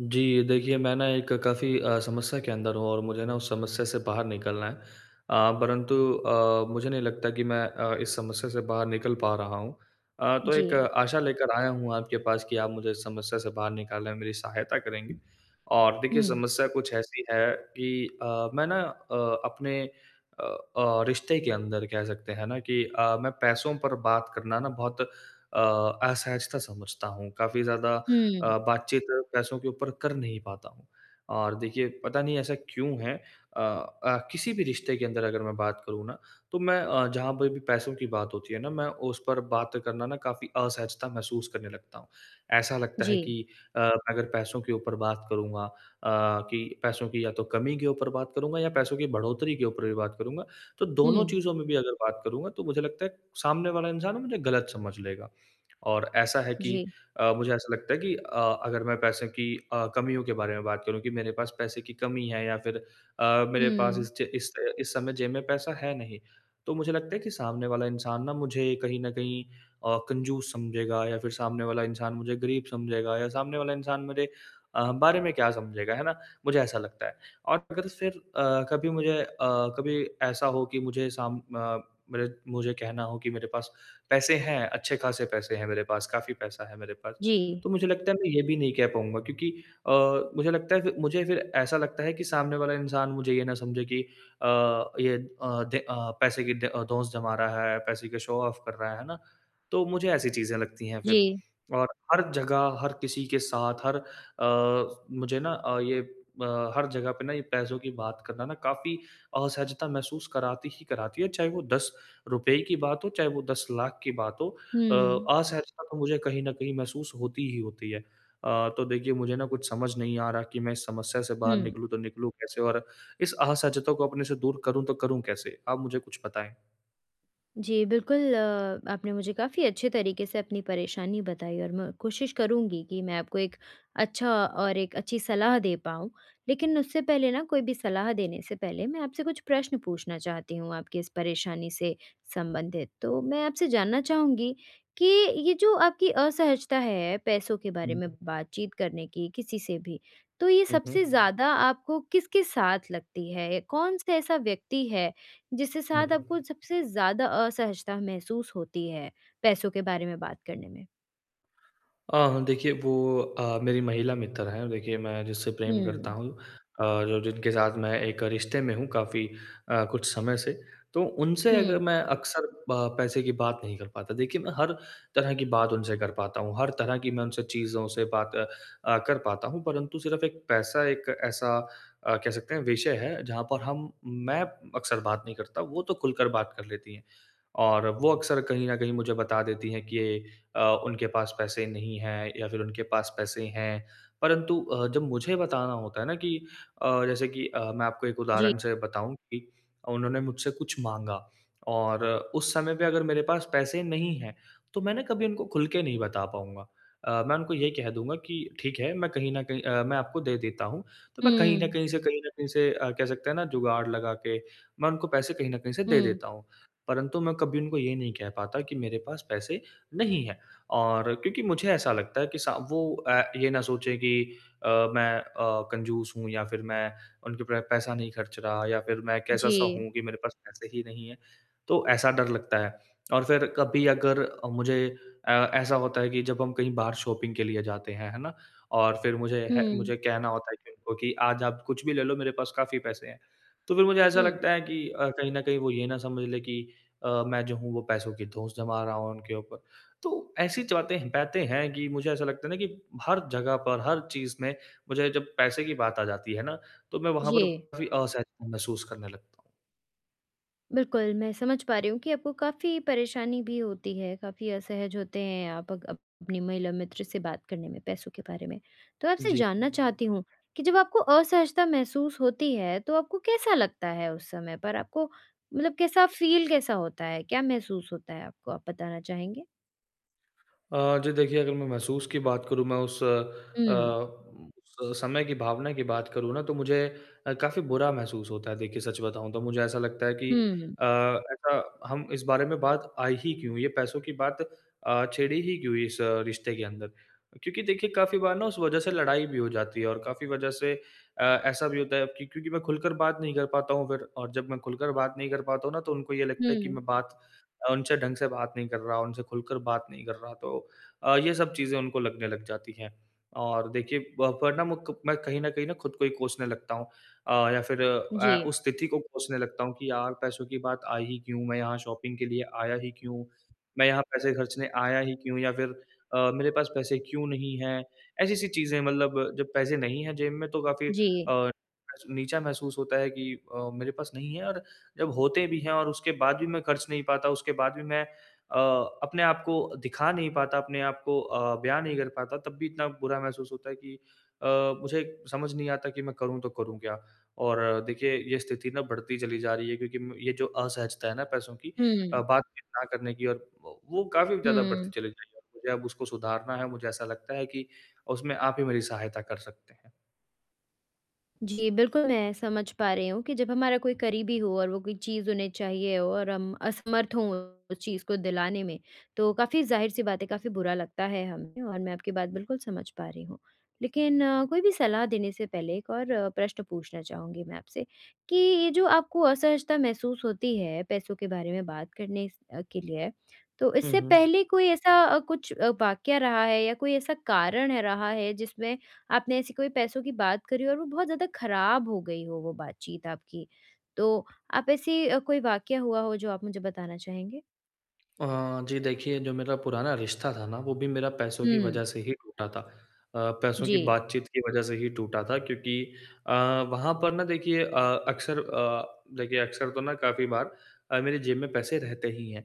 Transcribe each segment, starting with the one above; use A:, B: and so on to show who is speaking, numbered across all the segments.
A: जी, देखिए मैं ना एक काफ़ी समस्या के अंदर हूँ और मुझे ना उस समस्या से बाहर निकलना है। परंतु मुझे नहीं लगता कि मैं इस समस्या से बाहर निकल पा रहा हूँ। तो
B: जी।
A: एक आशा लेकर आया हूँ आपके पास कि आप मुझे इस समस्या से बाहर निकालने में मेरी सहायता करेंगे। और देखिए
B: हुँ।
A: समस्या कुछ ऐसी है कि मैं ना अपने रिश्ते के अंदर कह सकते हैं ना कि मैं पैसों पर बात करना ना बहुत अ, असहजता समझता हूँ। काफ़ी ज़्यादा
B: हुँ।
A: बातचीत पैसों के ऊपर कर नहीं पाता हूँ। और देखिए पता नहीं ऐसा क्यों है। किसी भी रिश्ते के अंदर अगर मैं बात करूँ ना तो मैं जहाँ पर भी पैसों की बात होती है ना मैं उस पर बात करना ना काफ़ी असहजता महसूस करने लगता हूँ। ऐसा लगता है
B: जी।
A: कि मैं अगर पैसों के ऊपर बात करूँगा कि पैसों की या तो कमी के ऊपर बात करूँगा या पैसों की बढ़ोतरी के ऊपर भी बात करूँगा, तो
B: हुँ।
A: दोनों चीज़ों में भी अगर बात करूँगा तो मुझे लगता है सामने वाला इंसान मुझे गलत समझ लेगा। और ऐसा है कि
B: जी।
A: मुझे ऐसा लगता है कि अगर मैं पैसे की कमियों के बारे में बात करूँ कि मेरे पास पैसे की कमी है या फिर मेरे पास
B: हुँ।
A: इस ज इस समय जेब में पैसा है नहीं, तो मुझे लगता है कि सामने वाला इंसान ना मुझे कहीं न कहीं कंजूस समझेगा या फिर सामने वाला इंसान मुझे गरीब समझेगा या सामने वाला इंसान मेरे बारे में क्या समझेगा, है ना? मुझे ऐसा लगता है। और अगर फिर कभी मुझे कभी ऐसा हो कि मुझे कहना हो कि मेरे पास पैसे हैं, अच्छे खासे पैसे हैं मेरे पास, काफ़ी पैसा है मेरे पास।
B: जी।
A: तो मुझे लगता है मैं ये भी नहीं कह पाऊँगा क्योंकि अ, मुझे लगता है फिर ऐसा लगता है कि सामने वाला इंसान मुझे ये ना समझे कि अ, ये अ, दे अ, पैसे की धौंस जमा रहा है, पैसे का शो ऑफ कर रहा है ना? तो मुझे ऐसी चीज़ें लगती हैं फिर
B: जी।
A: और हर जगह, हर किसी के साथ, हर ये हर जगह पे ना ये पैसों की बात करना ना काफ़ी असहजता महसूस कराती ही कराती है, चाहे वो ₹10 की बात हो, चाहे वो 10 लाख की बात हो। अ,
B: हुँ।
A: असहजता तो मुझे कहीं न कहीं महसूस होती ही होती है। तो देखिए मुझे ना कुछ समझ नहीं आ रहा कि मैं इस समस्या से
B: हुँ।
A: बाहर निकलूँ तो निकलूँ कैसे और इस असहजता को अपने से दूर करूँ तो करूँ कैसे? आप मुझे कुछ बताएँ।
B: जी, बिल्कुल आपने मुझे काफ़ी अच्छे तरीके से अपनी परेशानी बताई और मैं कोशिश करूँगी कि मैं आपको एक अच्छा और एक अच्छी सलाह दे पाऊँ। लेकिन उससे पहले ना, कोई भी सलाह देने से पहले मैं आपसे कुछ प्रश्न पूछना चाहती हूँ आपकी इस परेशानी से संबंधित। तो मैं आपसे जानना चाहूँगी कि ये जो आपकी असहजता है पैसों के बारे
A: हुँ,
B: में
A: हुँ।
B: बातचीत करने की किसी से भी, तो ये
A: हुँ,
B: सबसे ज़्यादा आपको किसके साथ लगती है? कौन-सा ऐसा व्यक्ति है जिसके साथ आपको
A: हुँ।
B: सबसे ज़्यादा असहजता महसूस होती है, पैसों के बारे में बात करने में?
A: देखिए वो मेरी महिला मित्र हैं, देखिए मैं जिससे प्रेम करता
B: हुँ।
A: हूँ जो जिनके साथ मैं एक रिश्ते में हूँ काफ़ी कुछ समय से, तो उनसे अगर
B: हुँ।
A: मैं अक्सर ब पैसे की बात नहीं कर पाता। देखिए मैं हर तरह की बात उनसे कर पाता हूँ, हर तरह की मैं उनसे चीज़ों से बात कर पाता हूँ, परंतु सिर्फ़ एक पैसा एक ऐसा कह सकते हैं विषय है, जहाँ पर हम मैं अक्सर बात नहीं करता, वो तो खुलकर बात कर लेती हैं। और वो अक्सर कहीं न कहीं मुझे बता देती हैं कि ये उनके पास पैसे नहीं हैं या फिर उनके पास पैसे हैं। परंतु जब मुझे बताना होता है ना कि जैसे कि मैं आपको एक
B: जी।
A: उदाहरण से बताऊँ कि उन्होंने मुझसे कुछ माँगा और उस समय पे अगर मेरे पास पैसे नहीं हैं, तो मैं ना कभी उनको खुल के नहीं बता पाऊँगा। मैं उनको ये कह दूँगा कि ठीक है, मैं कहीं न कहीं मैं आपको दे देता हूँ। तो मैं कहीं न
B: हुँ।
A: कहीं से कहीं न कहीं से कह सकते हैं ना जुगाड़ लगा के मैं उनको पैसे कहीं न कहीं से दे
B: हुँ।
A: देता हूँ। परंतु मैं कभी उनको ये नहीं कह पाता कि मेरे पास पैसे नहीं हैं। और क्योंकि मुझे ऐसा लगता है कि सा वो ये ना सोचे कि अ, मैं कंजूस हूँ या फिर मैं उनके पे पैसा नहीं खर्च रहा या फिर मैं कैसा-सा
B: जी।
A: हूँ कि मेरे पास पैसे ही नहीं है। तो ऐसा डर लगता है और फिर कभी अगर मुझे ऐसा होता है कि जब हम कहीं बाहर शॉपिंग के लिए जाते हैं, है ना? और फिर मुझे है
B: हुँ।
A: मुझे कहना होता है कि उनको कि आज आप कुछ भी ले लो मेरे पास काफ़ी पैसे हैं। तो फिर मुझे ऐसा
B: हुँ।
A: लगता है कि कहीं न कहीं वो ये ना समझ लें कि मैं जो हूँ वो पैसों की धौंस जमा रहा हूँ उनके ऊपर। तो ऐसी च बातें बातें हैं कि मुझे ऐसा लगता है ना कि हर जगह पर, हर चीज़ में मुझे जब पैसे की बात आ जाती है ना, तो मैं वहाँ
B: जी।
A: पर काफ़ी असहज महसूस करने लगता हूँ।
B: बिल्कुल, मैं समझ पा रही हूँ कि आपको काफ़ी परेशानी भी होती है, काफ़ी असहज होते हैं आप अग अप अपनी महिला मित्र से बात करने में पैसों के बारे में। तो आपसे
A: जी।
B: जानना चाहती हूँ कि जब आपको असहजता महसूस होती है, तो आपको कैसा लगता है उस समय पर? आपको मतलब कैसा फ़ील, कैसा होता है? क्या महसूस होता है आपको? आप बताना चाहेंगे?
A: जी देखिए, अगर मैं महसूस की बात करूँ, मैं उस
B: हुँ।
A: उस समय की भावना की बात करूँ ना, तो मुझे काफ़ी बुरा महसूस होता है। देखिए, सच बताऊँ तो मुझे ऐसा लगता है कि
B: हुँ।
A: ऐसा हम इस बारे में बात आई ही क्यों? ये पैसों की बात छेड़ी ही क्यों इस रिश्ते के अंदर? क्योंकि देखिए, काफ़ी बार ना उस वजह से लड़ाई भी हो जाती है और काफ़ी वजह से ऐसा भी होता है कि क्योंकि मैं खुलकर बात नहीं कर पाता हूँ फिर और जब मैं खुलकर बात नहीं कर पाता हूँ ना, तो उनको ये लगता है कि
B: हुँ।
A: मैं बात उनसे ढंग से बात नहीं कर रहा, उनसे खुलकर बात नहीं कर रहा, तो ये सब चीज़ें उनको लगने लग जाती हैं। और देखिए ब पर ना मुक मैं कहीं न कहीं ना खुद को ही कोसने लगता हूँ या फिर
B: जी।
A: उस स्थिति को कोसने लगता हूँ कि यार पैसों की बात आई ही क्यों? मैं यहाँ शॉपिंग के लिए आया ही क्यों? मैं यहाँ पैसे खर्चने आया ही क्यों? या फिर मेरे पास पैसे क्यों नहीं हैं? ऐसी-ऐसी चीज़ें मतलब जब पैसे नहीं हैं जेब में तो काफ़ी
B: जी।
A: अ, नीचा महसूस होता है कि मेरे पास नहीं है और जब होते भी हैं और उसके बाद भी मैं खर्च नहीं पाता, उसके बाद भी मैं अ, अपने आप को दिखा नहीं पाता, अपने आप को बयाँ नहीं कर पाता, तब भी इतना बुरा महसूस होता है कि अ, मुझे समझ नहीं आता कि मैं करूँ तो करूँ क्या? और देखिए, ये स्थिति ना बढ़ती चली जा रही है क्योंकि म ये जो असहजता है ना पैसों की
B: हुँ।
A: बातचीत ना करने की और वो काफ़ी ज़्यादा बढ़ती
B: हुँ।
A: चली जा रही है और मुझे अब उसको सुधारना है, मुझे ऐसा लगता है कि उसमें आप ही मेरी सहायता कर सकते हैं।
B: जी, बिल्कुल मैं समझ पा रही हूँ कि जब हमारा कोई करीबी हो और वो कोई चीज़ उन्हें चाहिए हो और हम असमर्थ हों उस चीज़ को दिलाने में, तो काफ़ी ज़ाहिर-सी बात है, काफ़ी बुरा लगता है हमें और मैं आपकी बात बिल्कुल समझ पा रही हूँ। लेकिन कोई भी सलाह देने से पहले एक और प्रश्न पूछना चाहूँगी मैं आपसे कि ये जो आपको असहजता महसूस होती है पैसों के बारे में बात करने के लिए, तो
A: हुँ,
B: इससे
A: हुँ।
B: पहले कोई ऐसा कुछ वाक़या रहा है या कोई ऐसा कारण है रहा है जिसमें आपने ऐसी कोई पैसों की बात करी और वो बहुत ज़्यादा खराब हो गई हो वो बातचीत आपकी। तो आप ऐसी कोई वाक़या हुआ हो जो आप मुझे बताना चाहेंगे?
A: अ, जी देखिए, जो मेरा पुराना रिश्ता था ना, वो भी मेरा पैसों की
B: हुँ।
A: वजह से ही टूटा था। पैसों
B: जी।
A: की बातचीत की वजह से ही टूटा था क्योंकि अ, वहाँ पर ना देखिए अक्सर देखिए अक्सर तो ना काफ़ी बार मेरी जेब में पैसे रहते ही हैं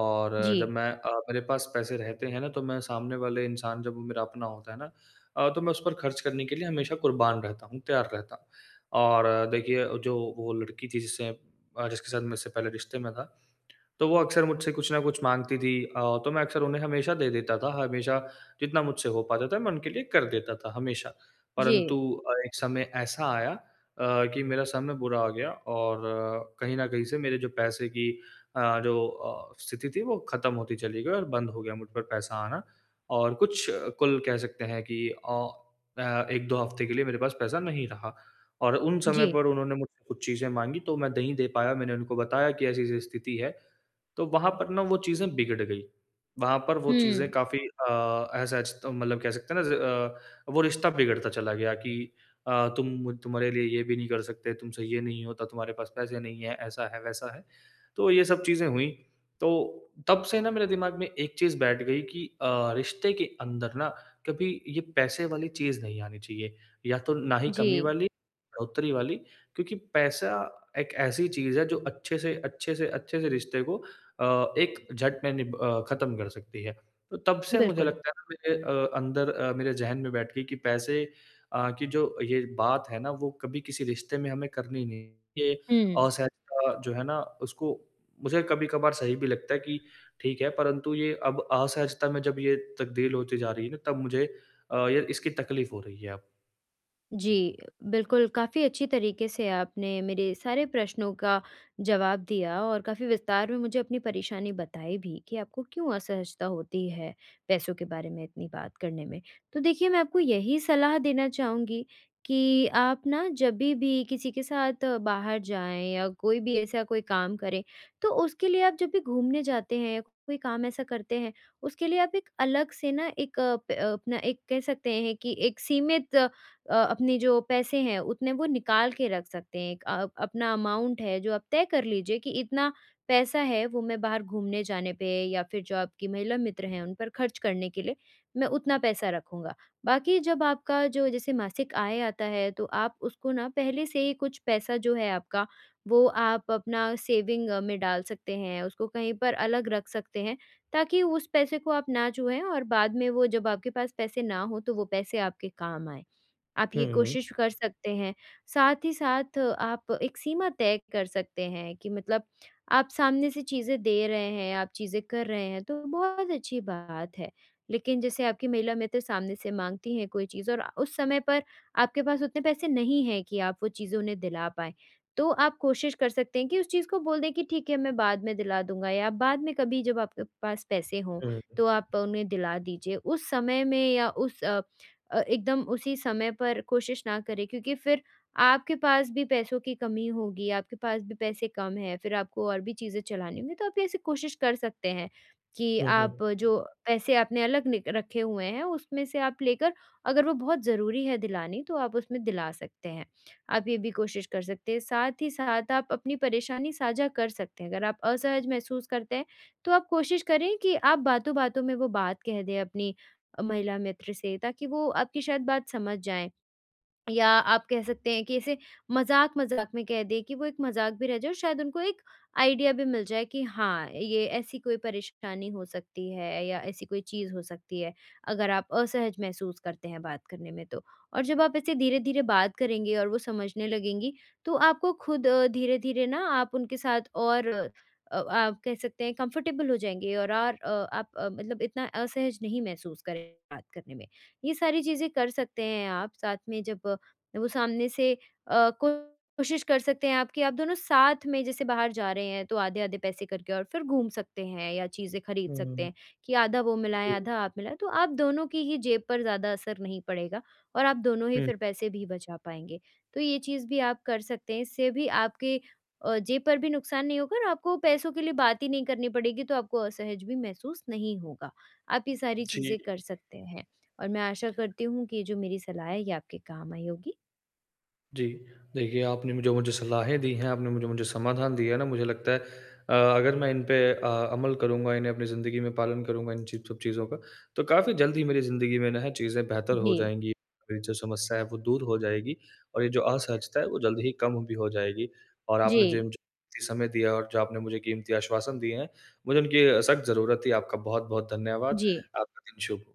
A: और जब
B: जी।
A: मैं मेरे पास पैसे रहते हैं ना, तो मैं सामने वाले इंसान जब वो मेरा अपना होता है ना तो मैं उस पर खर्च करने के लिए हमेशा कुर्बान रहता हूँ, तैयार रहता हूँ। और देखिए, जो वो लड़की थी जिससे जिसके साथ मेरे से पहले रिश्ते में था, तो वो अक्सर मुझसे कुछ ना कुछ माँगती थी तो मैं अक्सर उन्हें हमेशा दे देता था, हमेशा जितना मुझसे हो पाता था मैं उनके लिए कर देता था हमेशा।
B: जी।
A: परंतु एक समय ऐसा आया कि मेरा समय बुरा आ गया और कहीं न कहीं से मेरे जो पैसे की स्थिति थी वो ख़त्म होती चली गई और बंद हो गया मुझ पर पैसा आना। और कुछ कुल कह सकते हैं कि 1-2 हफ़्ते के लिए मेरे पास पैसा नहीं रहा और उन समय
B: जी।
A: पर उन्होंने मुझसे कुछ चीज़ें माँगी तो मैं नहीं दे पाया। मैंने उनको बताया कि ऐसी-ऐसी स्थिति है। तो वहाँ पर ना वो चीज़ें बिगड़ गई। वहाँ पर वो चीज़ें
B: हुँ।
A: काफ़ी असहज तो मतलब कह सकते हैं ना वो रिश्ता बिगड़ता चला गया कि तुम्हारे लिए ये भी नहीं कर सकते, तुमसे ये नहीं होता, तुम्हारे पास पैसे नहीं हैं, ऐसा है, वैसा है। तो ये सब चीज़ें हुई। तो तब से ना मेरे दिमाग में एक चीज़ बैठ गई कि रिश्ते के अंदर ना कभी ये पैसे वाली चीज़ नहीं आनी चाहिए। या तो ना ही कमी
B: जी,
A: वाली, बढ़ोतरी वाली क्योंकि पैसा एक ऐसी चीज़ है जो अच्छे से अच्छे से रिश्ते को एक झट में खत्म कर सकती है। तो तब से मुझे
B: बिल्कुल।
A: लगता है ना मेरे अंदर मेरे ज़हन में बैठ गई कि पैसे की जो ये बात है ना वो कभी किसी रिश्ते में हमें करनी नहीं। ये
B: हुँ।
A: असहजता जो है ना उसको मुझे कभी-कभार सही भी लगता है कि ठीक है, परंतु ये अब असहजता में जब ये तब्दील होती जा रही है ना तब मुझे ये इसकी तकलीफ हो रही है अब।
B: जी, बिल्कुल, काफ़ी अच्छी तरीके से आपने मेरे सारे प्रश्नों का जवाब दिया और काफ़ी विस्तार में मुझे अपनी परेशानी बताई भी कि आपको क्यों असहजता होती है पैसों के बारे में इतनी बात करने में। तो देखिए, मैं आपको यही सलाह देना चाहूँगी कि आप ना, जभी भी किसी के साथ बाहर जाएँ या कोई भी ऐसा कोई काम करें, तो उसके लिए आप जब भी घूमने जाते हैं या कोई काम ऐसा करते हैं, उसके लिए आप एक अलग से ना, एक अ, प अपना एक कह सकते हैं कि एक सीमित, अपने जो पैसे हैं उतने वो निकाल के रख सकते हैं। एक अपना अमाउंट है जो आप तय कर लीजिए कि इतना पैसा है वो मैं बाहर घूमने जाने पे या फिर जो आपकी महिला मित्र हैं उन पर खर्च करने के लिए मैं उतना पैसा रखूँगा। बाकी जब आपका जो जैसे मासिक आय आता है, तो आप उसको ना, पहले से ही कुछ पैसा जो है आपका वो आप अपना सेविंग में डाल सकते हैं, उसको कहीं पर अलग रख सकते हैं ताकि उस पैसे को आप ना छुएँ और बाद में वो जब आपके पास पैसे ना हो तो वो पैसे आपके काम आएँ। आप
A: हुँ,
B: ये
A: हुँ।
B: कोशिश कर सकते हैं। साथ ही साथ आप एक सीमा तय कर सकते हैं कि मतलब, आप सामने से चीज़ें दे रहे हैं, आप चीज़ें कर रहे हैं, तो बहुत अच्छी बात है। लेकिन जैसे आपकी महिला मित्र सामने से माँगती हैं कोई चीज़ और उस समय पर आपके पास उतने पैसे नहीं हैं कि आप वो चीज़ें उन्हें दिला पाएँ। तो आप कोशिश कर सकते हैं कि उस चीज़ को बोल दें कि ठीक है, मैं बाद में दिला दूँगा, या बाद में कभी जब आपके पास पैसे हों,
A: हुँ, हुँ,
B: तो आप उन्हें दिला दीजिए। उस समय में या उस एकदम उसी समय पर कोशिश ना करें, क्योंकि फिर आपके पास भी पैसों की कमी होगी, आपके पास भी पैसे कम हैं, फिर आपको और भी चीज़ें चलानी होंगी, तो आप ऐसे कोशिश कर सकते हैं कि
A: हुँ,
B: आप जो पैसे आपने अलग निक रखे हुए हैं, उसमें से आप लेकर, अगर वो बहुत ज़रूरी है दिलानी, तो आप उसमें दिला सकते हैं। आप ये भी कोशिश कर सकते हैं। साथ ही साथ आप अपनी परेशानी साझा कर सकते हैं। अगर आप असहज महसूस करते हैं, तो आप कोशिश करें कि आप बातों-बातों में वो बात कह दें अपनी महिला मित्र से, ताकि वो आपकी शायद बात समझ जाएँ। या आप कह सकते हैं कि ऐसे मज़ाक-मज़ाक में कह दें, कि वो एक मज़ाक भी रह जाए और शायद उनको एक आइडिया भी मिल जाए कि हाँ, ये ऐसी कोई परेशानी हो सकती है या ऐसी कोई चीज़ हो सकती है, अगर आप असहज महसूस करते हैं बात करने में तो। और जब आप ऐसे धीरे-धीरे बात करेंगे और वो समझने लगेंगी, तो आपको खुद धीरे-धीरे ना, आप उनके साथ और आप कह सकते हैं कंफ़र्टेबल हो जाएँगे, और और आप मतलब इतना असहज नहीं महसूस करेंगे बात करने में। ये सारी चीज़ें कर सकते हैं आप, साथ में जब वो सामने से कोशिश कर सकते हैं आप कि आप दोनों साथ में जैसे बाहर जा रहे हैं, तो आधे-आधे पैसे करके और फिर घूम सकते हैं या चीज़ें खरीद
A: हुँ,
B: सकते
A: हुँ,
B: हैं, कि आधा वो मिलाएँ, आधा आप मिलाएँ। तो आप दोनों की ही जेब पर ज़्यादा असर नहीं पड़ेगा और आप दोनों ही
A: हुँ।
B: फिर पैसे भी बचा पाएँगे। तो ये चीज़ भी आप कर सकते हैं। इससे भी आपके जेब पर भी नुकसान नहीं होगा और आपको पैसों के लिए बात ही नहीं करनी पड़ेगी, तो आपको असहज भी महसूस नहीं होगा। आप ये सारी
A: जी।
B: चीज़ें कर सकते हैं और मैं आशा करती हूँ कि ये जो मेरी सलाह है ये आपके काम आई होगी।
A: जी, देखिए आपने मुझे मुझे सलाहें दी हैं, आपने मुझे मुझे समाधान दिया है ना, मुझे लगता है अगर मैं इन पे अमल करूँगा, इन्हें अपनी ज़िंदगी में पालन करूँगा इन चीज़ सब चीज़ों का, तो काफ़ी जल्द ही मेरी ज़िंदगी में ना है चीज़ें बेहतर हो
B: जी।
A: जाएँगी। मेरी जो समस्या है वो दूर हो जाएगी और ये जो असहजता है वो जल्द ही कम भी हो जाएगी और आपने जो
B: जी।
A: मुझे कीमती समय दिया और जो आपने मुझे कीमती आश्वासन दिए हैं, मुझे उनकी सख्त ज़रूरत थी। आपका बहुत-बहुत धन्यवाद।
B: जी।
A: आपका दिन शुभ हो।